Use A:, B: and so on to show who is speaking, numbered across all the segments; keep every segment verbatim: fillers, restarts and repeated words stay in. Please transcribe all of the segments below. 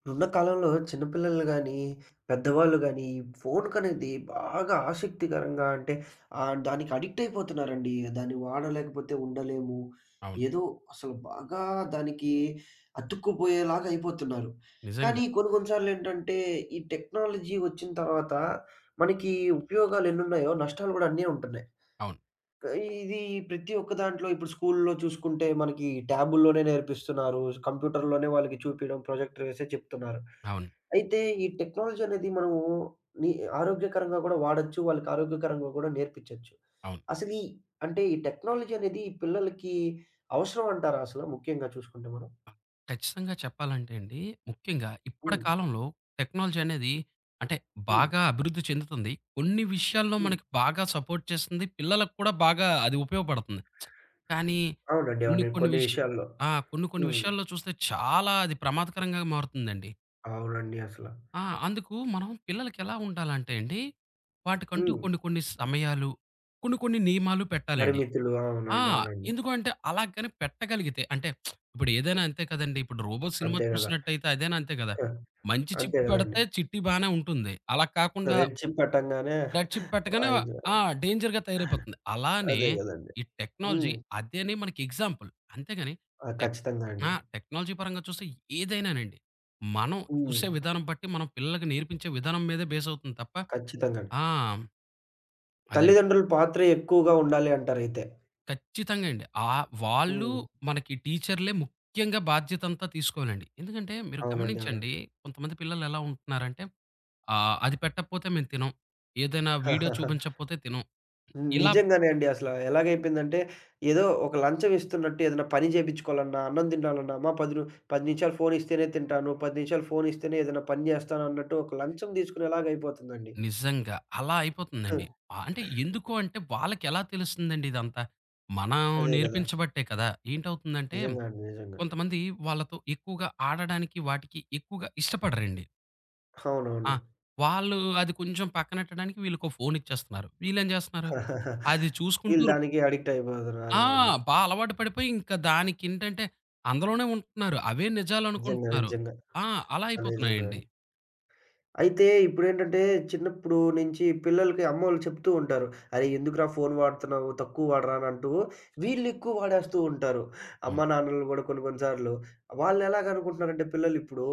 A: ఇప్పుడున్న కాలంలో చిన్న పిల్లలు గానీ, పెద్దవాళ్ళు గానీ, ఈ ఫోనుకనేది బాగా ఆసక్తికరంగా అంటే ఆహ్, దానికి అడిక్ట్ అయిపోతున్నారండి. దాన్ని వాడలేకపోతే ఉండలేము.
B: అవును.
A: ఏదో అసలు బాగా దానికి అతుక్కుపోయేలాగా అయిపోతున్నారు.
B: నిజంగా.
A: కానీ కొన్ని కొన్ని సార్లేంటంటే, ఈ టెక్నాలజీ వచ్చిన తర్వాత మనకి ఉపయోగాలు ఎన్నున్నాయో నష్టాలు గూడా అన్నే ఉంటున్నాయి.
B: అవును.
A: క ఇది ప్రతి ఒక్క దాంట్లో ఇప్పుడు స్కూలులో చూసుకుంటే మనకి ట్యాబుల్లోనే నేర్పిస్తున్నారు. కంప్యూటర్‌లోనే వాళ్ళకి చూపియడం, ప్రొజెక్టర్ వేసే చెప్తున్నారు.
B: అవును.
A: అయితే ఈ టెక్నాలజీ అనేది మనము ని ఆరోగ్యకరంగా కూడా వాడొచ్చు. వాళ్ళకి ఆరోగ్యకరంగా కూడా నేర్పించొచ్చు.
B: అవును.
A: అసలు ఈ అంటే ఈ టెక్నాలజీ అనేది ఈ పిల్లలకి అవసరం అంటారా అసలు ముఖ్యంగా చూసుకుంటే మనం?
B: ఆహ్, ఖచ్చితంగా చెప్పాలంటే అండి, ముఖ్యంగా ఇప్పటి
A: హ్మ్.
B: కాలంలో టెక్నాలజీ అనేది అంటే
A: హ్మ్.
B: బాగా అభివృద్ధి చెందుతుంది. కొన్ని విషయాల్లో
A: హ్మ్.
B: మనకి బాగా సపోర్ట్ చేస్తుంది. పిల్లలకు కూడా బాగా అది ఉపయోగపడుతుంది. కానీ
A: అవునండి.
B: కొన్ని
A: అవునండి.
B: కొన్ని
A: కొన్ని
B: విష
A: విషయాల్లో.
B: ఆ! కొన్ని కొన్ని
A: హ్మ్.
B: విషయాల్లో చూస్తే చాలా అది ప్రమాదకరంగా మారుతుందండి.
A: అవునండి అసల.
B: ఆ! అందుకు మనం పిల్లలకి ఎలా ఉండాలంటే అండి, వాటికంటూ
A: హ్మ్.
B: కొన్ని కొన్ని సమయాలు, కొన్ని కొన్ని నియమాలు పెట్టాలండి.
A: పరిమితులు.
B: ఆ!
A: అవునండి. అవునండి.
B: ఎందుకు అంటే అలాగని పెట్టగలిగితే అంటే ఇప్పుడు ఏదైనా అంతే కదండీ. ఇప్పుడు 'రోబో' సినిమా
A: అంతే గదా!
B: చూసినట్టయితే అదైనా అంతే కదా! మంచి
A: అంతే
B: చిప్
A: గదండీ.
B: పెడితే చిట్టి బానే ఉంటుంది. అలా కాకుండా
A: రెడ్ చిప్ పెట్టంగానే
B: రెడ్ చిప్ పెట్టగానే
A: వాయిదా
B: ఆ! డేంజర్‌గా తయారైపోతుంది. అలానే
A: అదే గదండీ.
B: ఈ టెక్నాలజీ
A: హ్మ్.
B: అదేని మనకి ఎగ్జాంపుల్. అంతేగాని
A: ఆ!
B: టెక్
A: ఖచ్చితంగా అండి.
B: ఆ! టెక్నాలజీ పరంగా చూస్తే ఏదైనానండి. మనం
A: హ్మ్.
B: చూసే విధానం బట్టి మనం పిల్లలకి నేర్పించే విధానం మీదే బేస్ అవుతుంది తప్ప
A: ఖచ్చితంగా అండి.
B: ఆ! అదే.
A: తల్లిదండ్రుల పాత్ర ఎక్కువగా ఉండాలి అంటారైతే.
B: ఖచ్చితంగా అండి. ఆహ్, వాళ్ళు
A: హ్మ్.
B: మనకి టీచర్‌లే ముఖ్యంగా బాధ్యతంతా తీసుకోవాలండి. ఎందుకంటే మీరు
A: అవునండి. అవునండి.
B: గమనించండి కొంతమంది పిల్లలు ఎలా ఉంటున్నారంటే ఆహ్, అది పెట్టకపోతే మేము తినం. ఏదైనా వీడియో చూపించకపోతే తినం. ఇలా
A: నిజంగానే అండి. అసల ఎలాగైపోయిందంటే, ఏదో ఒక లంచం ఇస్తున్నట్టు ఏదైనా పని చేపించుకోవాలన్నా, అన్నం తినాలన్నా, అమ్మ 10 ను పది నిమిషాలు ఫోను ఇస్తేనే తింటాను. పది నిమిషాలు ఫోను ఇస్తేనే ఏదైనా పని జేస్తాను అన్నట్టు ఒక లంచం తీసుకునేలాగా అయిపోతుందండి.
B: నిజంగా అలా అయిపోతుందండి. ఆహ్, అంటే ఎందుకు అంటే వాళ్ళకి ఎలా తెలుస్తుందండి ఇదంతా? మనం
A: అదే గదా!
B: నేర్పించబట్టే కదా! ఏంటవుతుందంటే
A: నిజంగా అండి. నిజంగా.
B: కొంతమంది వాళ్ళతో ఎక్కువగా ఆడడానికి వాటికి ఎక్కువగా ఇష్టపడరండి. ఆ!
A: అవునవును.
B: వాళ్ళు అది కొంచెం పక్కనెట్టడానికి వీళ్ళకో ఫోన్ ఇచ్చేస్తున్నారు. వీళ్ళేం చేస్తున్నారు? అది చూసుకుంటూ
A: వీళ్ళు దానికి అడిక్ట్ అయిపోతున్నారు
B: ఆ!
A: అండి.
B: బా అలవాటు పడిపోయి ఇంకా దానికేంటంటే అందులోనే ఉంటున్నారు. అవే
A: నిజంగా.
B: నిజాలనుకుంటున్నారు.
A: నిజంగా.
B: ఆ! అలా
A: ఆ! నిజంగా
B: అయిపోతున్నాయండి.
A: అండి. అయితే ఇప్పుడేంటంటే చిన్నప్పుడు నుంచి పిల్లలకి అమ్మోళ్ళు చెప్తూ ఉంటారు. "అరే! ఎందుకురా ఫోను వాడుతున్నావు? తక్కువ వాడరా" అని అంటూ వీళ్ళు ఎక్కువ వాడేస్తూ ఉంటారు.
B: అవును.
A: అమ్మా, నాన్నలు గూడా కొన్ని కొన్ని సార్లు. వాళ్ళెలాగనుకుంటున్నారంటే పిల్లలిప్పుడు,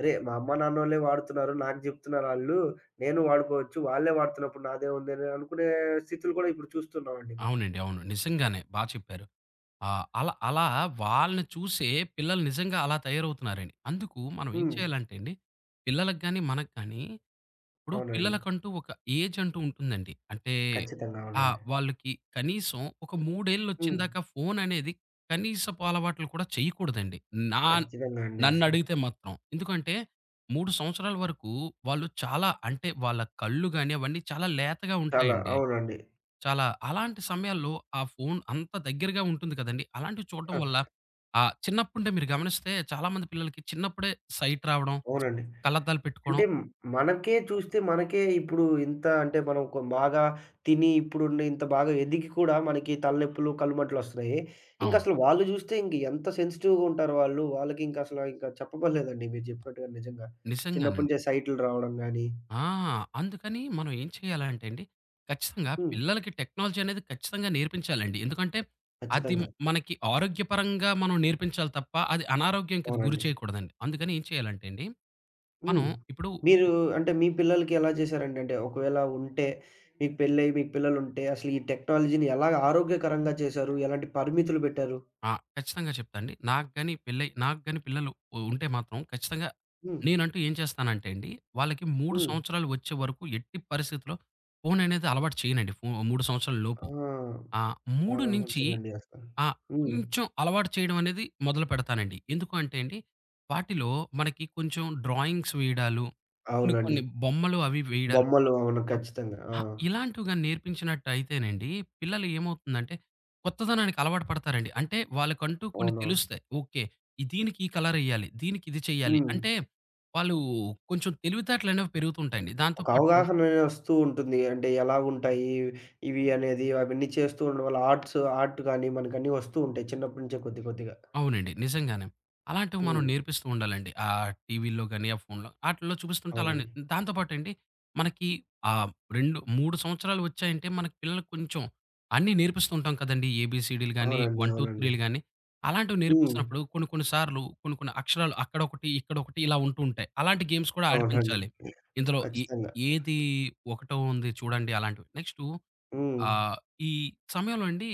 A: "అరే! మా అమ్మ నాన్నోళ్ళే వాడుతున్నారు. నాకు జెప్తున్నారాళ్ళు. నేను వాడుకోవచ్చు. వాళ్ళే వాడుతున్నప్పుడు నాదేముంది" అని అనుకునే స్థితులు గూడా ఇప్పుడు చూస్తున్నామండి మనం.
B: అవునండి. అవును. నిజంగానే బా చెప్పారు. ఆహ్, అలా అలా వాళ్ళని చూసే పిల్లలు నిజంగా అలా తయారవుతున్నారండి. అందుకు మనం ఏం
A: హ్మ్.
B: చేయాలంటే అండి, పిల్లలకి గాని, మనకు గాని ఇప్పుడు
A: అవునండి.
B: పిల్లలకంటూ ఒక ఏజ్ అంటూ ఉంటుందండి. అంటే
A: ఖచ్చితంగా.
B: ఆహ్,
A: అవునండి.
B: వాళ్ళకి కనీసం ఒక
A: హ్మ్.
B: మూడేళ్లొచ్చిందాకా ఫోను అనేది కనీసపు అలవాట్లు కూడా చేయకూడదండి. నా
A: ఖచ్చితంగా అండి అసలు.
B: నన్నడిగితే మాత్రం. ఎందుకంటే మూడు సంవత్సరాల వరకు వాళ్ళు చాలా అంటే వాళ్ళ కళ్ళు గాని అవన్నీ చాలా లేతగా
A: చాలా
B: ఉంటాయండి.
A: అవునండి.
B: చాలా అలాంటి సమయాల్లో ఆ ఫోను అంత దగ్గరగా ఉంటుంది కదండీ. అలాంటివి చూడడం
A: ఆ!
B: వల్ల ఆహ్, చిన్నప్పుండే మీరు గమనిస్తే చాలామంది పిల్లలకి చిన్నప్పుడే సైట్ రావడం,
A: అవునండి.
B: కళ్ళద్దాలు పెట్టుకోవడం
A: అంటే మనకే చూస్తే మనకే ఇప్పుడు ఇంత అంటే మనం కొ బాగా తిని ఇప్పుడున్న ఇంత బాగా ఎదిగి కూడా మనకి తలనొప్పులు, కళ్ళుమంటలొస్తున్నాయి.
B: అవును.
A: ఇంకసలు వాళ్ళు జూస్తే ఇంక ఎంత సెన్సిటివ్‌గా ఉంటారు వాళ్ళు. వాళ్ళకి ఇంక అసల ఇంక చెప్పబడలేదండి మీరు జెప్పినట్టుగా నిజంగా. చిన్నప్పటి
B: నిజంగానండి.
A: నుంచే సైటులు రావడం గానీ
B: ఆ! అందుకని మనం ఏం చేయాలంటే అండి, ఖచ్చితంగా
A: హ్మ్.
B: పిల్లలకి టెక్నాలజీ అనేది ఖచ్చితంగా నేర్పించాలండి. ఎందుకంటే, అది
A: ఖచ్చితంగా.
B: మనకి ఆరోగ్యపరంగా మనం నేర్పించాలి తప్ప, అది అనారోగ్యంకి గురి
A: అవునండి.
B: చేయకూడదండి. అందుకని ఏం చేయాలంటే అండి, మనం
A: హ్మ్.
B: ఇప్పుడు
A: మీరు అంటే మీ పిల్లలకి ఎలా చేశారండి? అంటే ఒకవేళ ఉంటే మీకు పెళ్ళయి మీకు పిల్లలుంటే అసలు ఈ టెక్నాలజీని ఎలా ఆరోగ్యకరంగా చేశారు? ఎలాంటి పరిమితులు పెట్టారు?
B: ఆ! ఖచ్చితంగా చెప్తా అండి. నాకు గాని పెళ్ళై నాకు గాని పిల్లలు ఉంటే మాత్రం ఖచ్చితంగా
A: హ్మ్.
B: నేనంటూ ఏం చేస్తానంటే అండి, వాళ్ళకి మూడు
A: హ్మ్.
B: సంవత్సరాలు వచ్చే వరకు ఎట్టి పరిస్థితిలో ఫోన్ అనేది అలవాటు చేయనండి. ఫో మూడు సంవత్సరాల లోపు.
A: ఆ!
B: ఆ! మూడు
A: చాలా
B: నుంచి
A: మంచిదండి అసల.
B: ఆ!
A: హ్మ్.
B: కొంచెం అలవాటు చేయడం అనేది మొదలు పెడతానండి. ఎందుకు అంటే అండి, వాటిలో మనకి కొంచెం డ్రాయింగ్స్ వేయడాలు, కొన్ని
A: అవునండి.
B: కొన్ని బొమ్మలు అవి వేయడాలు
A: బొమ్మలు అవును.
B: ఆహ్,
A: ఖచ్చితంగా. ఆ!
B: ఆహ్, ఇలాంటివి గాని నేర్పించినట్టయితేనండి, పిల్లలు ఏమవుతుందంటే, కొత్తదనానికి అలవాటు పడతారండి. అంటే వాళ్ళకంటూ కొన్ని
A: అవునవును.
B: తెలుస్తాయి. ఓకే. ఈ దీనికి ఈ కలర్ ఎయ్యాలి. దీనికి ఇది చేయాలి.
A: హ్మ్.
B: అంటే, వాళ్ళు కొంచెం తెలివితేటలనేవి పెరుగుతుంటాయండి. దాంతో
A: ఒక
B: పాటు
A: అవగాహన అనేది వస్తూ ఉంటుంది. అంటే ఎలా ఉంటాయి ఇవి అనేది అవన్నీ చేస్తూ ఉండడం వల్ల ఆర్ట్స్, ఆర్ట్ గాని మనకన్నీ వస్తూ ఉంటాయి చిన్నప్పటి నుంచే కొద్ది కొద్దిగా.
B: అవునండి. నిజంగానే. అలాంటివి మనం
A: హ్మ్.
B: నేర్పిస్తూ ఉండాలండి. ఆ టీవీల్లో గాని, ఆ ఫోన్‌లో ఆటిల్లో చూపిస్తుంటే అలానే
A: అవునండి.
B: దాంతో పాటండి మనకి ఆహ్, రెండు, మూడు సంవత్సరాలు వచ్చాయంటే మనకి పిల్లలకి కొంచెం అన్నీ నేర్పిస్తూ ఉంటాం కదండీ! ఏబీసీడీలు గాని, ఒకటి,
A: అవునండి.
B: రెండు,
A: అవునండి.
B: 3లు గాని అలాంటివి
A: హ్మ్.
B: నేర్పిస్తున్నప్పుడు కొన్ని కొన్ని సార్లు కొన్ని కొన్ని అక్షరాలు అక్కడొకటి, ఇక్కడొకటి ఇలా ఉంటూ ఉంటాయి. అలాంటి గేమ్స్ కూడా
A: అవునండి.
B: ఆడిపించాలి. ఇందులో ఏ
A: ఖచ్చితంగా.
B: ఏది ఒకటో ఉంది చూడండి అలాంటివి. నెక్స్టు
A: హ్మ్.
B: ఆహ్, ఈ సమయంలో అండి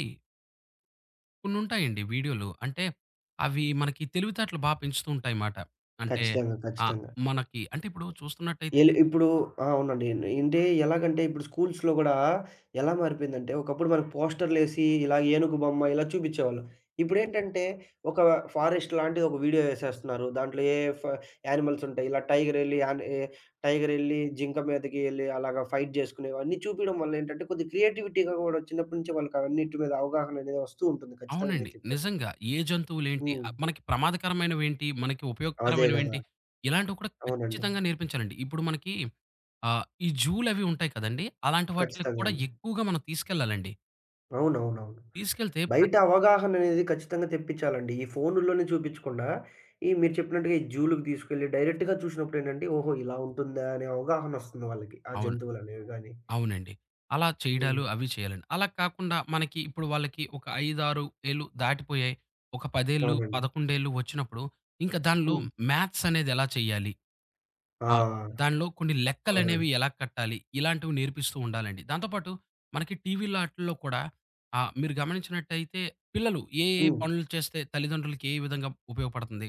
B: కొన్నుంటాయండి వీడియోలు. అంటే అవి మనకి తెలివితేటలు బా పెంచుతూ ఉంటాయిమాట. అంటే
A: ఖచ్చితంగా.
B: ఆహ్,
A: ఖచ్చితంగా.
B: మనకి అంటే ఇప్పుడు చూస్తున్నట్టయి
A: ఎల్ ఇప్పుడు ఆ! అవునండి. అంటే ఎలాగంటే ఇప్పుడు స్కూల్స్‌లో గూడా ఎలా మారిపోయిందంటే ఒకప్పుడు మనకు పోస్టర్‌లేసి ఇలా ఏనుగు బొమ్మ ఇలా చూపిచ్చేవాళ్ళు. ఇప్పుడేంటంటే ఒక ఫారెస్ట్ లాంటిది ఒక వీడియో యేసేస్తున్నారు. దాంట్లో ఏ ఫ యానిమల్స్ ఉంటాయి. ఇలా టైగర్ ఎళ్లి యాన్ ఏ టైగర్ ఎళ్లి జింక మీదకి ఎళ్లి అలాగా ఫైట్ జేసుకునేవి అన్నీ చూపియడం వల్ల ఏంటంటే కొద్దిగా క్రియేటివిటీ‌గా గూడా చిన్నప్పటి నుంచే వాళ్ళకి అవన్నిటి మీద అవగాహన అనేది వస్తూ ఉంటుంది. ఖచ్చితంగా
B: అవునండి.
A: మీరు చెప్పినట్టుగా.
B: నిజంగా ఏ జంతువులేంటి,
A: హ్మ్.
B: ఆహ్, మనకి ప్రమాదకరమైనవేంటి, మనకి
A: అదే గదా!
B: ఉపయోగకరమైనవేంటి, ఇలాంటివి కూడా
A: అవునండి.
B: ఖచ్చితంగా నేర్పించాలండి. ఇప్పుడు మనకి ఆహ్, ఈ జూలవి ఉంటాయి కదండీ! అలాంటి వాటిలకి
A: ఖచ్చితంగా
B: కూడా
A: అండి.
B: ఎక్కువగా మనం తీసుకెళ్ళాలండి.
A: అవునవునవును.
B: తీసుకెళ్తే ప్ర
A: బయట అవగాహననేది ఖచ్చితంగా తెప్పించాలండి. ఈ ఫోనుల్లోనే చూపించకుండా, ఈ మీరు చెప్పినట్టుగా ఈ జూ‌లుకి తీసుకెళ్ళి డైరెక్ట్‌గా చూసినప్పుడేంటంటే, ఓహో! ఇలా ఉంటుందా అనే అవగాహనొస్తుంది వాళ్ళకి. ఆ
B: అవును.
A: జంతువులనేవి గాని.
B: అవునండి. అలా
A: హ్మ్.
B: చేయడాలు అవి చేయాలండి. అలా కాకుండా మనకి ఇప్పుడు వాళ్ళకి ఒక ఐదు, ఆరు ఏళ్ళు దాటిపోయాయి. ఒక పది ఏళ్ళు,
A: అవునండి.
B: పదకొండు ఏళ్ళు వచ్చినప్పుడు ఇంకా దానిలో
A: హ్మ్.
B: మ్యాథ్స్ అనేది ఎలా చేయాలి? ఆ!
A: ఆ!
B: దానిలో కొన్ని లెక్కలనేవి
A: అవునండి.
B: ఎలా కట్టాలి? ఇలాంటివి నేర్పిస్తూ ఉండాలండి. దాంతో పాటు మనకి టీవీలో ఆటిల్లో కూడా ఆహ్, మీరు గమనించినట్టయితే పిల్లలు ఏ ఏ
A: హ్మ్.
B: పనులు చేస్తే తల్లిదండ్రులకి ఏ విధంగా ఉపయోగపడుతుంది?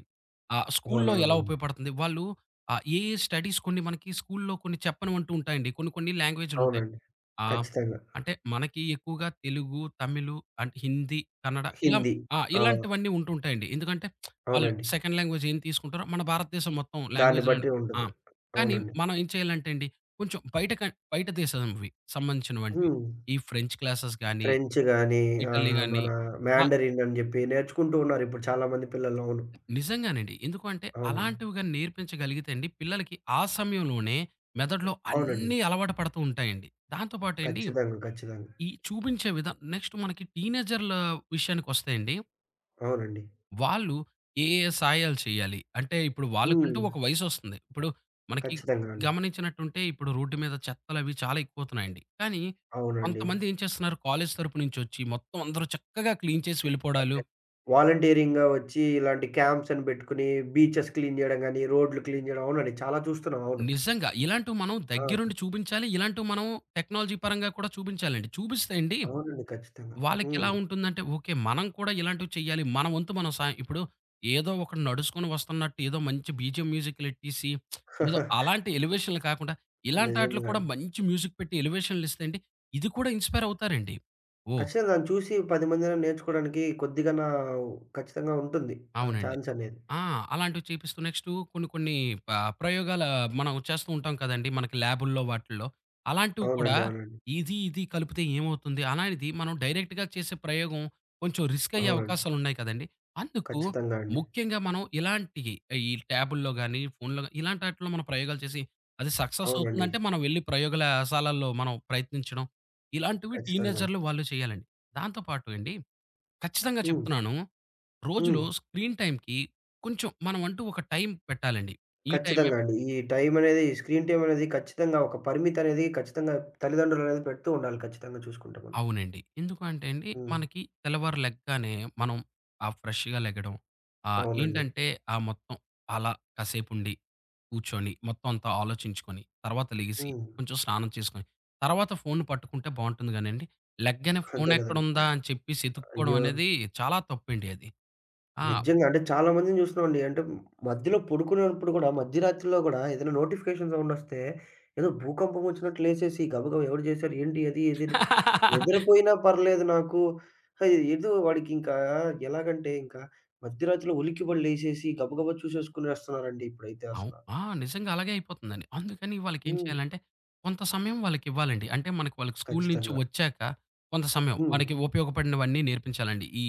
B: ఆహ్, స్కూల్లో ఎలా
A: అవునవునండి.
B: ఉపయోగపడుతుంది? వాళ్ళు ఆహ్, ఏ ఏ స్టడీస్ కొన్ని మనకి స్కూల్లో కొన్ని చెప్పనివంటూ ఉంటాయండి. కొన్ని కొన్ని లాంగ్వేజ్‌లుంటాయి.
A: అవునండి.
B: ఆ!
A: ఖచ్చితంగా.
B: అంటే మనకి ఎక్కువగా తెలుగు, తమిళు అంటే హిందీ, కన్నడ ఇలా
A: హిందీ.
B: ఆ!
A: ఆ!
B: ఇలాంటివన్నీ ఉంటుంటాయండి. ఎందుకంటే ఆళ్ళు
A: అవునండి.
B: సెకండ్ లాంగ్వేజ్ ఏం తీసుకుంటారో మన భారతదేశం మొత్తం
A: దాన్ని
B: లాంగ్వేజ్‌లోనే
A: బట్టి
B: ఆ!
A: ఉండదు.
B: కానీ
A: అవునండి.
B: మనం ఏం చేయాలంటే అండి కొంచెం బయట క బయట దేశంవి సంబంధించినవంటివి
A: హ్మ్.
B: ఈ ఫ్రెంచ్ క్లాసెస్ గాని,
A: ఫ్రెంచ్ గాని
B: ఇటలీ
A: ఆహ్,
B: గాని
A: మన
B: ఆ!
A: మ్యాండరిన్ అని జెప్పి నేర్చుకుంటూ ఉన్నారిప్పుడు చాలా మంది పిల్లలు. అవును.
B: నిజంగానండి. ఎందుకు అంటే
A: అవునండి.
B: అలాంటివి గాని నేర్పించగలిగితే అండి పిల్లలకి ఆ సమయంలోనే మెదడులో
A: అవునండి.
B: అన్నీ అలవాటు పడుతూ ఉంటాయండి. దాంతో పాటు అండి
A: ఖచ్చితంగా. ఖచ్చితంగా.
B: ఈ చూపించే విధానం నెక్స్ట్ మనకి టీనేజర్ల విషయానికొస్తే అండి,
A: అవునండి.
B: వాళ్ళు ఏ, ఏ సాయాలు చేయాలి? అంటే ఇప్పుడు
A: హ్మ్.
B: వాళ్ళకంటూ ఒక వయసొస్తుంది. ఇప్పుడు మనకి
A: ఖచ్చితంగా అండి.
B: గమనించినట్టుంటే ఇప్పుడు రోడ్డు మీద చెత్తలవి చాలా ఎక్కువవుతున్నాయండి. కానీ
A: అవునండి.
B: కొంతమంది ఏం చేస్తున్నారు కాలేజీ తరపు నుంచొచ్చి మొత్తం అందరూ చక్కగా క్లీన్ చేసి వెళ్ళిపోవడాలు.
A: అంటే వాలంటీరింగ్‌గా వచ్చి ఇలాంటి క్యాంప్స్ అని పెట్టుకొని బీచెస్ క్లీన్ జేయడం గాని, రోడ్లు క్లీన్ జేయడం అవునండి. చాలా చూస్తున్నాం. అవును.
B: నిజంగా ఇలాంటివి మనం
A: ఆ!
B: దగ్గరుండి చూపించాలి. ఇలాంటివి మనం టెక్నాలజీ పరంగా కూడా చూపించాలండి. చూపిస్తే అండి
A: అవునండి. ఖచ్చితంగా. హ్మ్.
B: వాళ్ళకెలా ఉంటుందంటే, ఓకే. మనం కూడా ఇలాంటివి చెయ్యాలి. మన వంతు మనం సాయం ఇప్పుడు ఏదో ఒకడు నడుసుకొని వస్తున్నట్టు ఏదో మంచి బీజీఎం మ్యూజిక్‌లెట్టేసి ఏదో అలాంటి ఎలివేషన్‌లు కాకుండా, ఇలాంటాటిలికి
A: నిజంగా
B: కూడా
A: అండి.
B: మంచి మ్యూజిక్ పెట్టి ఎలివేషన్‌లిస్తే అండి, ఇది కూడా ఇన్‌స్పైర్ అవుతారండి. ఓహ్!
A: ఖచ్చితంగా దాన్ని చూసి పది మందైనా నేర్చుకోవడానికి కొద్దిగన్నా ఖచ్చితంగా ఉంటుంది. ఆ
B: అవునండి.
A: ఛాన్స్ అనేది.
B: ఆ! అలాంటివి చేపిస్తూ నెక్స్టు కొన్ని కొన్ని ప ప్రయోగాల మనం చేస్తూ ఉంటాం కదండీ! మనకి ల్యాబుల్లో వాటిల్లో. అలాంటివి కూడా
A: అవునండి. అవునండి.
B: ఇది, ఇది కలిపితే ఏమవుతుంది? అలాంటిది మనం డైరెక్ట్‌గా చేసే ప్రయోగం కొంచెం రిస్క్ అయ్యే
A: అవునండి.
B: అవకాశాలున్నాయి కదండీ! అందుకు
A: ఖచ్చితంగా అండి.
B: ముఖ్యంగా మనం ఇలాంటియి ఈ ట్యాబుల్లో గాని, ఫోన్‌లో గాని ఇలాంటి ఆటిల్లో మనం ప్రయోగాలు చేసి అది సక్సెస్
A: అవునండి.
B: అవుతుందంటే మనం వెళ్లి ప్రయోగశాలల్లో మనం ప్రయత్నించడం. ఇలాంటివి
A: ఖచ్చితంగా అండి.
B: టీనేజర్‌లు వాళ్ళు చేయాలండి. దాంతో పాటు అండి ఖచ్చితంగా
A: హ్మ్.
B: చెప్తున్నాను
A: హ్మ్.
B: రోజులో స్క్రీన్ టైమ్‌కి కొంచెం మనం అంటూ ఒక టైం పెట్టాలండి. ఈ టైమే
A: ఖచ్చితంగా అండి. ఈ టైమనేది స్క్రీన్ టైమనేది ఖచ్చితంగా ఒక పరిమితనేది ఖచ్చితంగా తల్లిదండ్రులనేది పెడుతూ ఉండాలి ఖచ్చితంగా చూసుకుంటే మనం.
B: అవునండి. ఎందుకు అంటే అండి,
A: హ్మ్.
B: మనకి తెల్లవారు లెగ్గానే మనం ఆ ఫ్రెష్‌గా లెగడం, ఆహ్,
A: అవునండి.
B: ఏంటంటే ఆ మొత్తం అలా కాసేపుండి, కూర్చొని, మొత్తం అంతా ఆలోచించుకొని, తర్వాత లెగిసి,
A: హ్మ్.
B: కొంచెం స్నానం చేసుకొని, తర్వాత ఫోన్‌ని పట్టుకుంటే బావుంటుంది గానండి, లెగ్గానే
A: అంతే
B: ఫోనెక్కడుందా
A: గదండీ.
B: అని చెప్పేసి ఎతుక్కోవడం
A: అయ్యో!
B: అనేది చాలా తప్పండి అది. ఆ!
A: నిజంగా అంటే చాలా మందిని జూస్తున్నామండి. అంటే మధ్యలో పడుకునేప్పుడు గూడా మధ్యరాత్రిలో గూడా ఏదైనా నోటిఫికేషన్ సౌండొస్తే ఏదో భూకంపం ఒచ్చినట్టు లేసేసి గబగబా ఎవరు జేశారు? ఏంటి అది ఇది అని నిద్రపోయినా పర్లేదు నాకు. ఆహ్, ఏదో వాడికింకా ఎలాగంటే ఇంకా మధ్యరాత్రిలో ఉలిక్కిపడి లేసేసి గబగబా చూసేసుకునేస్తున్నారండి ఇప్పుడైతే
B: అవు
A: అసల.
B: ఆ! నిజంగా అలాగే అయిపోతుందండి. అందుకని వాళ్ళకేం
A: హ్మ్.
B: చేయాలంటే, కొంత సమయం వాళ్ళకివ్వాలండి. అంటే మనకు వాళ్ళకి స్కూలు నుంచి
A: ఖచ్చితంగా.
B: వచ్చాక, కొంత సమయం
A: హ్మ్.
B: మనకి ఉపయోగపడినవన్నీ నేర్పించాలండి. ఈ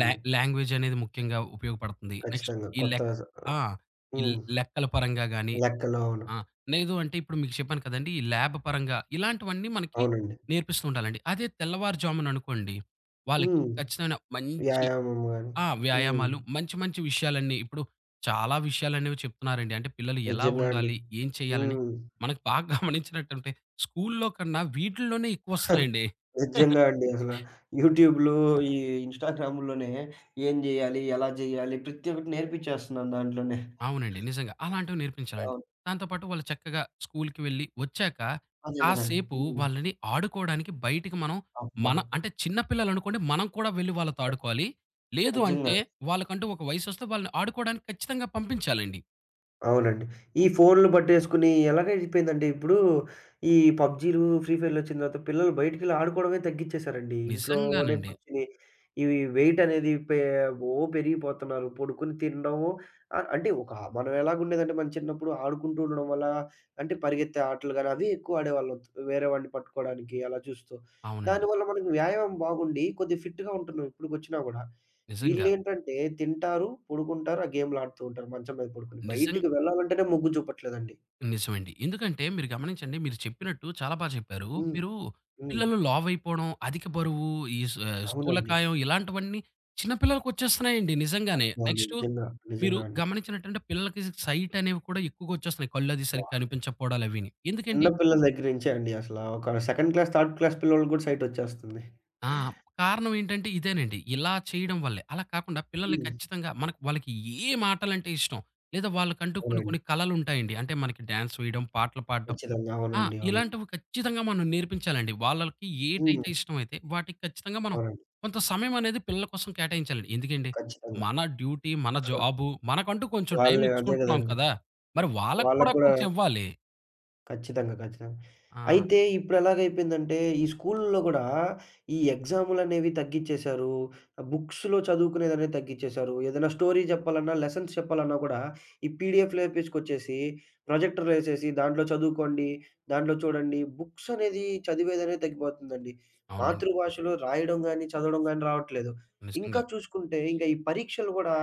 B: లా లాంగ్వేజ్ అనేది ముఖ్యంగా ఉపయోగపడుతుంది. నెక్స్ట్
A: ఖచ్చితంగా.
B: ఈ
A: కొత్త
B: లెక్
A: స
B: ఆ! ఈ
A: హ్మ్.
B: లెక్కల పరంగా గాని,
A: లెక్కలు. అవును.
B: ఆ! లేదు అంటే ఇప్పుడు మీకు చెప్పాను కదండీ! ఈ ల్యాబ్ పరంగా ఇలాంటివన్నీ మనకి
A: అవునండి.
B: నేర్పిస్తూ ఉండాలండి. అదే తెల్లవారుజామున అనుకోండి, వాళ్ళకి
A: హ్మ్.
B: ఖచ్చితమైన మంచి
A: వ్యాయామం గాని.
B: ఆ!
A: హ్మ్.
B: వ్యాయామాలు మంచి మంచి విషయాలన్నీ ఇప్పుడు చాలా విషయాలనేవి చెప్తున్నారండి. అంటే పిల్లలు ఎలా
A: నిజంగా అండి.
B: ఉండాలి? ఏం చేయాలని?
A: హ్మ్.
B: మనకు బాగా గమనించినట్టుంటే స్కూల్లో కన్నా వీటిల్లోనే ఎక్కువొస్తున్నాయండి.
A: నిజంగా అండి. అసల యూట్యూబ్‌లో, ఈ ఇన్‌స్టాగ్రామ్‌లోనే ఏం జేయాలి? ఎలా జేయాలి? ప్రతి ఒక్కటి నేర్పించేస్తున్నారు దాంట్లోనే.
B: అవునండి. నిజంగా. అలాంటివి నేర్పించాలండి.
A: అవును.
B: దాంతో పాటు వాళ్ళు చక్కగా స్కూల్‌కి వెళ్ళి వచ్చాక
A: అదే గదండీ.
B: కాసేపు
A: హ్మ్.
B: వాళ్ళని ఆడుకోవడానికి బయటికి మనం
A: అబ్బా!
B: మన అంటే చిన్న పిల్లలనుకోండి మనం కూడా వెళ్లి వాళ్ళతో ఆడుకోవాలి. లేదు అంటే
A: నిజంగా.
B: వాళ్ళకంటూ ఒక వయసొస్తే వాళ్ళని ఆడుకోవడానికి ఖచ్చితంగా పంపించాలండి.
A: అవునండి. ఈ ఫోన్‌లు పట్టేసుకొని ఎలాగైపోయిందంటే ఇప్పుడు ఈ పబ్‌జీలు, ఫ్రీ ఫైర్‌లొచ్చిన తర్వాత పిల్లలు బయటికెళ్ళి ఆడుకోవడమే తగ్గించేశారండి. ఇంట్లోనే
B: నిజంగానండి.
A: కూర్చొని ఇవి వెయిట్ అనేది పె ఓ పెరిగిపోతున్నారు. పడుకొని తినడము ఆహ్, అంటే ఒక మనం ఎలాగుండేదంటే మన చిన్నప్పుడు ఆడుకుంటూ ఉండడం వల్ల అంటే పరిగెత్తే ఆటలు గాని అవి ఎక్కువ ఆడేవాళ్ళం. వేరే వాడిని పట్టుకోవడానికి అలా చూస్తూ.
B: అవునండి.
A: దానివల్ల మనకి వ్యాయామం బాగుండి కొద్దిగా ఫిట్‌గా ఉంటున్నాం ఇప్పటికొచ్చినా గూడా.
B: నిజంగా.
A: వీళ్ళేంటంటే తింటారు, పడుకుంటారు, ఆ గేమ్‌లు ఆడుతూ ఉంటారు మంచం మీద పడుకొని.
B: నిజం
A: బయటికి వెళ్ళాలంటేనే మొగ్గు చూపట్లేదండి.
B: నిజమండి. ఎందుకంటే మీరు గమనించండి మీరు చెప్పినట్టు చాలా బా చెప్పారు.
A: హ్మ్.
B: మీరు
A: హ్మ్.
B: పిల్లలు లావైపోవడం, అధిక బరువు, ఈ స్ ఆహ్,
A: అవునండి.
B: స్థూలకాయం ఇలాంటివన్నీ చిన్న పిల్లలకొచ్చేస్తున్నాయండి నిజంగానే.
A: అబ్బా!
B: నెక్స్టు
A: నిజంగా.
B: మీరు
A: నిజంగా అండి.
B: గమనించినట్టంటే పిల్లలకి సైట్ అనేవి కూడా ఎక్కువగొచ్చేస్తున్నాయి. కళ్ళది
A: అబ్బా!
B: సరిగ్గా కనిపించకపోవడాలవిని. ఎందుకండి?
A: చిన్న పిల్లల దగ్గర నుంచే అండి అసల. ఒక సెకండ్ క్లాస్, థర్డ్ క్లాస్ పిల్లోళ్ళకి కూడా సైట్ వచ్చేస్తుంది.
B: ఆ! కారణం ఏంటంటే ఇదేనండి. ఇలా చేయడం వల్లే. అలా కాకుండా పిల్లల్ని
A: హ్మ్.
B: ఖచ్చితంగా మనకు వాళ్ళకి ఏం ఆటలంటే ఇష్టం లేదా వాళ్ళకంటూ కొన్ని
A: అవునండి.
B: కొన్ని కళలుంటాయండి. అంటే మనకి డాన్స్ వేయడం, పాటలు పాడడం
A: ఖచ్చితంగా.
B: ఆ!
A: అవునండి. అవునండి.
B: ఇలాంటివి ఖచ్చితంగా మనం నేర్పించాలండి. వాళ్ళకి
A: హ్మ్.
B: ఏటైతే ఇష్టమైతే వాటికి ఖచ్చితంగా మనం
A: అవునండి.
B: కొంత సమయం అనేది పిల్లల కోసం కేటాయించాలండి. ఎందుకండి
A: ఖచ్చితంగా.
B: మన డ్యూటీ, మన జాబు మనకంటూ కొంచెం టైం
A: వాళ్ళే అదే
B: ఇచ్చుకుంటున్నాం
A: గదండీ.
B: కదా! మరి వాళ్ళకి
A: వాళ్ళకి
B: కూడా
A: గూడా
B: కొంచెం ఇవ్వాలి.
A: ఖచ్చితంగా. ఖచ్చితంగా.
B: ఆ!
A: అయితే ఇప్పుడెలాగైపోయిందంటే, ఈ స్కూలుల్లో గూడా ఈ ఎగ్జాములనేవి తగ్గిచ్చేశారు. బుక్స్‌లో చదువుకునేదనేది తగ్గిచ్చేశారు. ఏదైనా స్టోరీ జెప్పాలన్నా, లెసన్స్ చెప్పాలన్నా గూడా ఈ పీడీఎఫ్‌లు ఏపిచ్చుకొచ్చేసి, ప్రొజెక్టర్‌లేసేసి దాంట్లో చదువుకోండి, దాంట్లో చూడండి. బుక్స్ అనేది చదివేదనేది తగ్గిపోతుందండి.
B: అవునండి.
A: మాతృభాషలో రాయడం గాని, చదవడం గాని రావట్లేదు.
B: నిజంగా.
A: ఇంకా చూసుకుంటే, ఇంక ఈ పరీక్షలు గూడా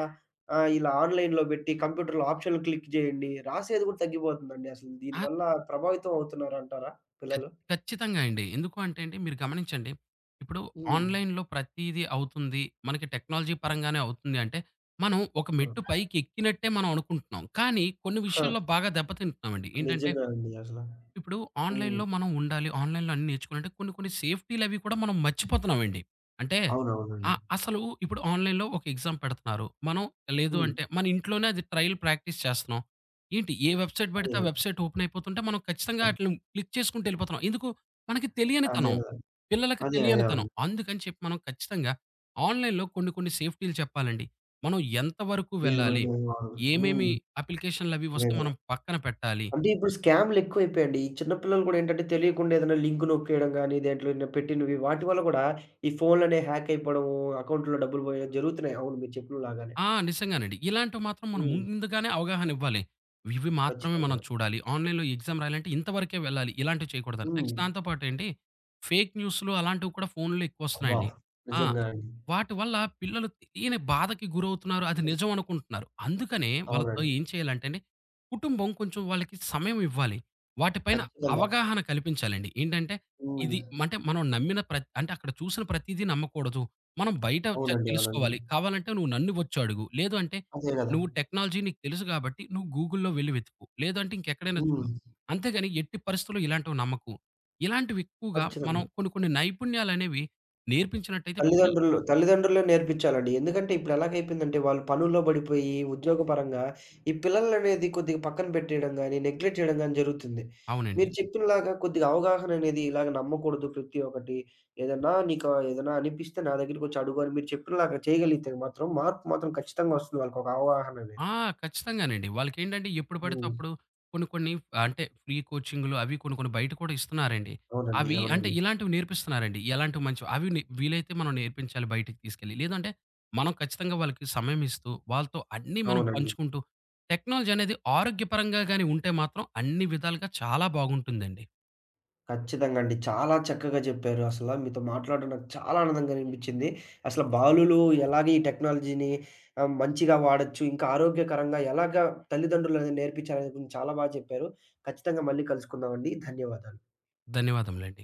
A: ఆ! ఇలా ఆన్‌లైన్‌లో బెట్టి కంప్యూటర్‌లో ఆప్షన్‌లు క్లిక్ జేయండి. రాసేది గూడా తగ్గిపోతుందండి అసలు.
B: ఆ!
A: దీనివల్ల ప్రభావితం అవుతున్నారంటారా
B: ఖ
A: పిల్లలు?
B: ఖచ్చితంగా అండి. ఎందుకు అంటే అండి మీరు గమనించండి. ఇప్పుడు
A: హ్మ్.
B: ఆన్‌లైన్‌లో ప్రతీదీ అవుతుంది. మనకి టెక్నాలజీ పరంగానే అవుతుంది అంటే మనం ఒక మెట్టు
A: హ్మ్.
B: పైకి ఎక్కినట్టే మనం అనుకుంటున్నాం. కానీ కొన్ని
A: హా!
B: విషయాల్లో బాగా దెబ్బతింటున్నామండి. ఏంటంటే
A: నిజమే అండి అసల.
B: ఇప్పుడు
A: హ్మ్.
B: ఆన్‌లైన్‌లో మనం ఉండాలి. ఆన్‌లైన్‌లో అన్నీ నేర్చుకోవాలంటే కొన్ని కొన్ని సేఫ్టీలవి కూడా మనం మర్చిపోతున్నామండి. అంటే
A: అవునవునండి.
B: ఆహ్, అసలు ఇప్పుడు ఆన్‌లైన్‌లో ఒక ఎగ్జామ్ పెడుతున్నారు. మనం లేదు
A: హ్మ్.
B: అంటే మన ఇంట్లోనే అది ట్రయల్ ప్రాక్టీస్ చేస్తున్నాం. ఏంటి ఏ వెబ్‌సైట్
A: అదే
B: పెడితే ఆ
A: గదా!
B: వెబ్‌సైట్ ఓపెన్ అయిపోతుంటే మనం ఖచ్చితంగా
A: ఆ!
B: ఆటిల్ని క్లిక్ చేసుకుంటూ ఎళ్ళిపోతున్నాం. ఎందుకు? మనకి
A: అదే
B: తెలియనితనం.
A: గదా!
B: పిల్లలకి
A: అదే. అదే.
B: తెలియనితనం.
A: అవును.
B: అందుకని చెప్పి మనం ఖచ్చితంగా ఆన్‌లైన్‌లో కొన్ని కొన్ని సేఫ్టీలు చెప్పాలండి. మనం ఎంత వరకు
A: ఏది
B: వెళ్ళాలి?
A: పడితే అది వాడడం. హ్మ్.
B: ఏమేమి అప్లికేషన్‌లవి
A: అదే
B: వస్తే
A: గదా!
B: మనం పక్కన పెట్టాలి?
A: అంటే ఇప్పుడు స్కామ్‌లెక్కువైపోయాయండి. ఈ చిన్న పిల్లలు గూడా ఏంటంటే తెలియకుండా ఏదైనా లింక్ నొక్కేయడం గానీ, దేంట్లోనైనా పెట్టినవి వాటి వల్ల గూడా ఈ ఫోన్‌లనే హ్యాక్ అయిపోవడము, అకౌంట్‌లో డబ్బులు బోయడం జరుగుతున్నాయి. అవును మీరు చెప్పినలాగానే.
B: ఆ! నిజంగానండి. ఇలాంటివి మాత్రం మనం
A: హ్మ్.
B: ముందుగానే అవగాహన ఇవ్వాలి. ఇవి మాత్రమే మనం
A: ఖచ్చితంగా.
B: చూడాలి. ఆన్‌లైన్‌లో ఎగ్జామ్ రాయాలంటే ఇంతవరకే వెళ్ళాలి. ఇలాంటివి చేయకూడదని.
A: హ్మ్.
B: నెక్స్ట్ దాంతో పాటేంటి ఫేక్ న్యూస్‌లు అలాంటివి కూడా ఫోన్‌లో
A: అబ్బా!
B: ఎక్కువొస్తున్నాయండి. ఆ!
A: నిజంగా అండి.
B: వాటి వల్ల పిల్లలు తెలియని బాధకి గురవుతున్నారు. అది నిజం అనుకుంటున్నారు. అందుకనే వాళ్ళతో
A: అవునండి.
B: ఏం చేయాలంటే అండి, కుటుంబం కొంచెం వాళ్ళకి సమయం ఇవ్వాలి. వాటిపైన
A: ఖచ్చితంగా.
B: అవగాహన కల్పించాలండి. ఏంటంటే ఇది
A: హ్మ్.
B: అంటే మనం నమ్మిన ప్రత్ అంటే అక్కడ చూసిన ప్రతీదీ నమ్మకూడదు. మనం బయట చ
A: అవునండి. అవునండి.
B: తెలుసుకోవాలి. కావాలంటే నువ్వు నన్ను వచ్చి అడుగు. లేదు అంటే
A: అదే గదా!
B: నువ్వు టెక్నాలజీ నీకు తెలుసు కాబట్టి నువ్వు గూగుల్‌లో వెళ్లి వెతుకు. లేదంటే ఇంకెక్కడైనా చూడు.
A: హ్మ్.
B: అంతేగాని ఎట్టి పరిస్థితుల్లో ఇలాంటివి నమ్మకు. ఇలాంటివి ఎక్కువగా మనం
A: ఖచ్చితంగా.
B: కొన్ని కొన్ని నైపుణ్యాలనేవి నేర్పించినట్టయితే పిల్లలు
A: తల్లిదండ్రులు తల్లిదండ్రులే నేర్పించాలండి. ఎందుకంటే ఇప్పుడు ఎలాగైపోయిందంటే వాళ్ళు పనుల్లో పడిపోయి ఉద్యోగపరంగా ఈ పిల్లలనేది కొద్దిగా పక్కన పెట్టేయడం గాని, నెగ్లెక్ట్ చేయడం గాని జరుగుతుంది.
B: అవునండి.
A: మీరు చెప్పినలాగా కొద్దిగా అవగాహన అనేది ఇలాగ నమ్మకూడదు ప్రతి ఒక్కటి. ఏదన్నా నీకు ఏదైనా అనిపిస్తే నా దగ్గరికొచ్చి అడుగు అని మీరు చెప్పినలాగా చేయగలిగితే మాత్రం మార్పు మాత్రం ఖచ్చితంగా వస్తుంది వాళ్ళకొక అవగాహన అనేది.
B: ఆ! ఖచ్చితంగానండి. వాళ్ళకేంటంటే ఎప్పుడు పడితే
A: హ్మ్.
B: అప్పుడు కొన్ని కొన్ని అంటే ఫ్రీ కోచింగ్‌లు అవి కొన్ని కొన్ని బయట కూడా ఇస్తున్నారండి.
A: అవునండి.
B: అవి అంటే
A: అవునండి.
B: ఇలాంటివి నేర్పిస్తున్నారండి. ఎలాంటివి మంచివి అవి నే వీలైతే మనం నేర్పించాలి బయటికి తీసుకెళ్ళి. లేదంటే మనం ఖచ్చితంగా వాళ్ళకి సమయం ఇస్తూ వాళ్ళతో అన్నీ మనం
A: అవునండి.
B: పంచుకుంటూ టెక్నాలజీ అనేది ఆరోగ్యపరంగా గాని ఉంటే మాత్రం అన్ని విధాలుగా చాలా బాగుంటుందండి.
A: ఖచ్చితంగా అండి. చాలా చక్కగా చెప్పారు. అసల మీతో మాట్లాడడం నాకు చాలా ఆనందంగా అనిపించింది. అసలు బాలులు ఎలాగే ఈ టెక్నాలజీని ఆహ్, మంచిగా వాడొచ్చు, ఇంకా ఆరోగ్యకరంగా ఎలాగా తల్లిదండ్రులనేది నేర్పించాలనే గురించి చాలా బాగా చెప్పారు. ఖచ్చితంగా మళ్ళీ కలుసుకుందామండి. ధన్యవాదాలు.
B: ధన్యవాదములండి.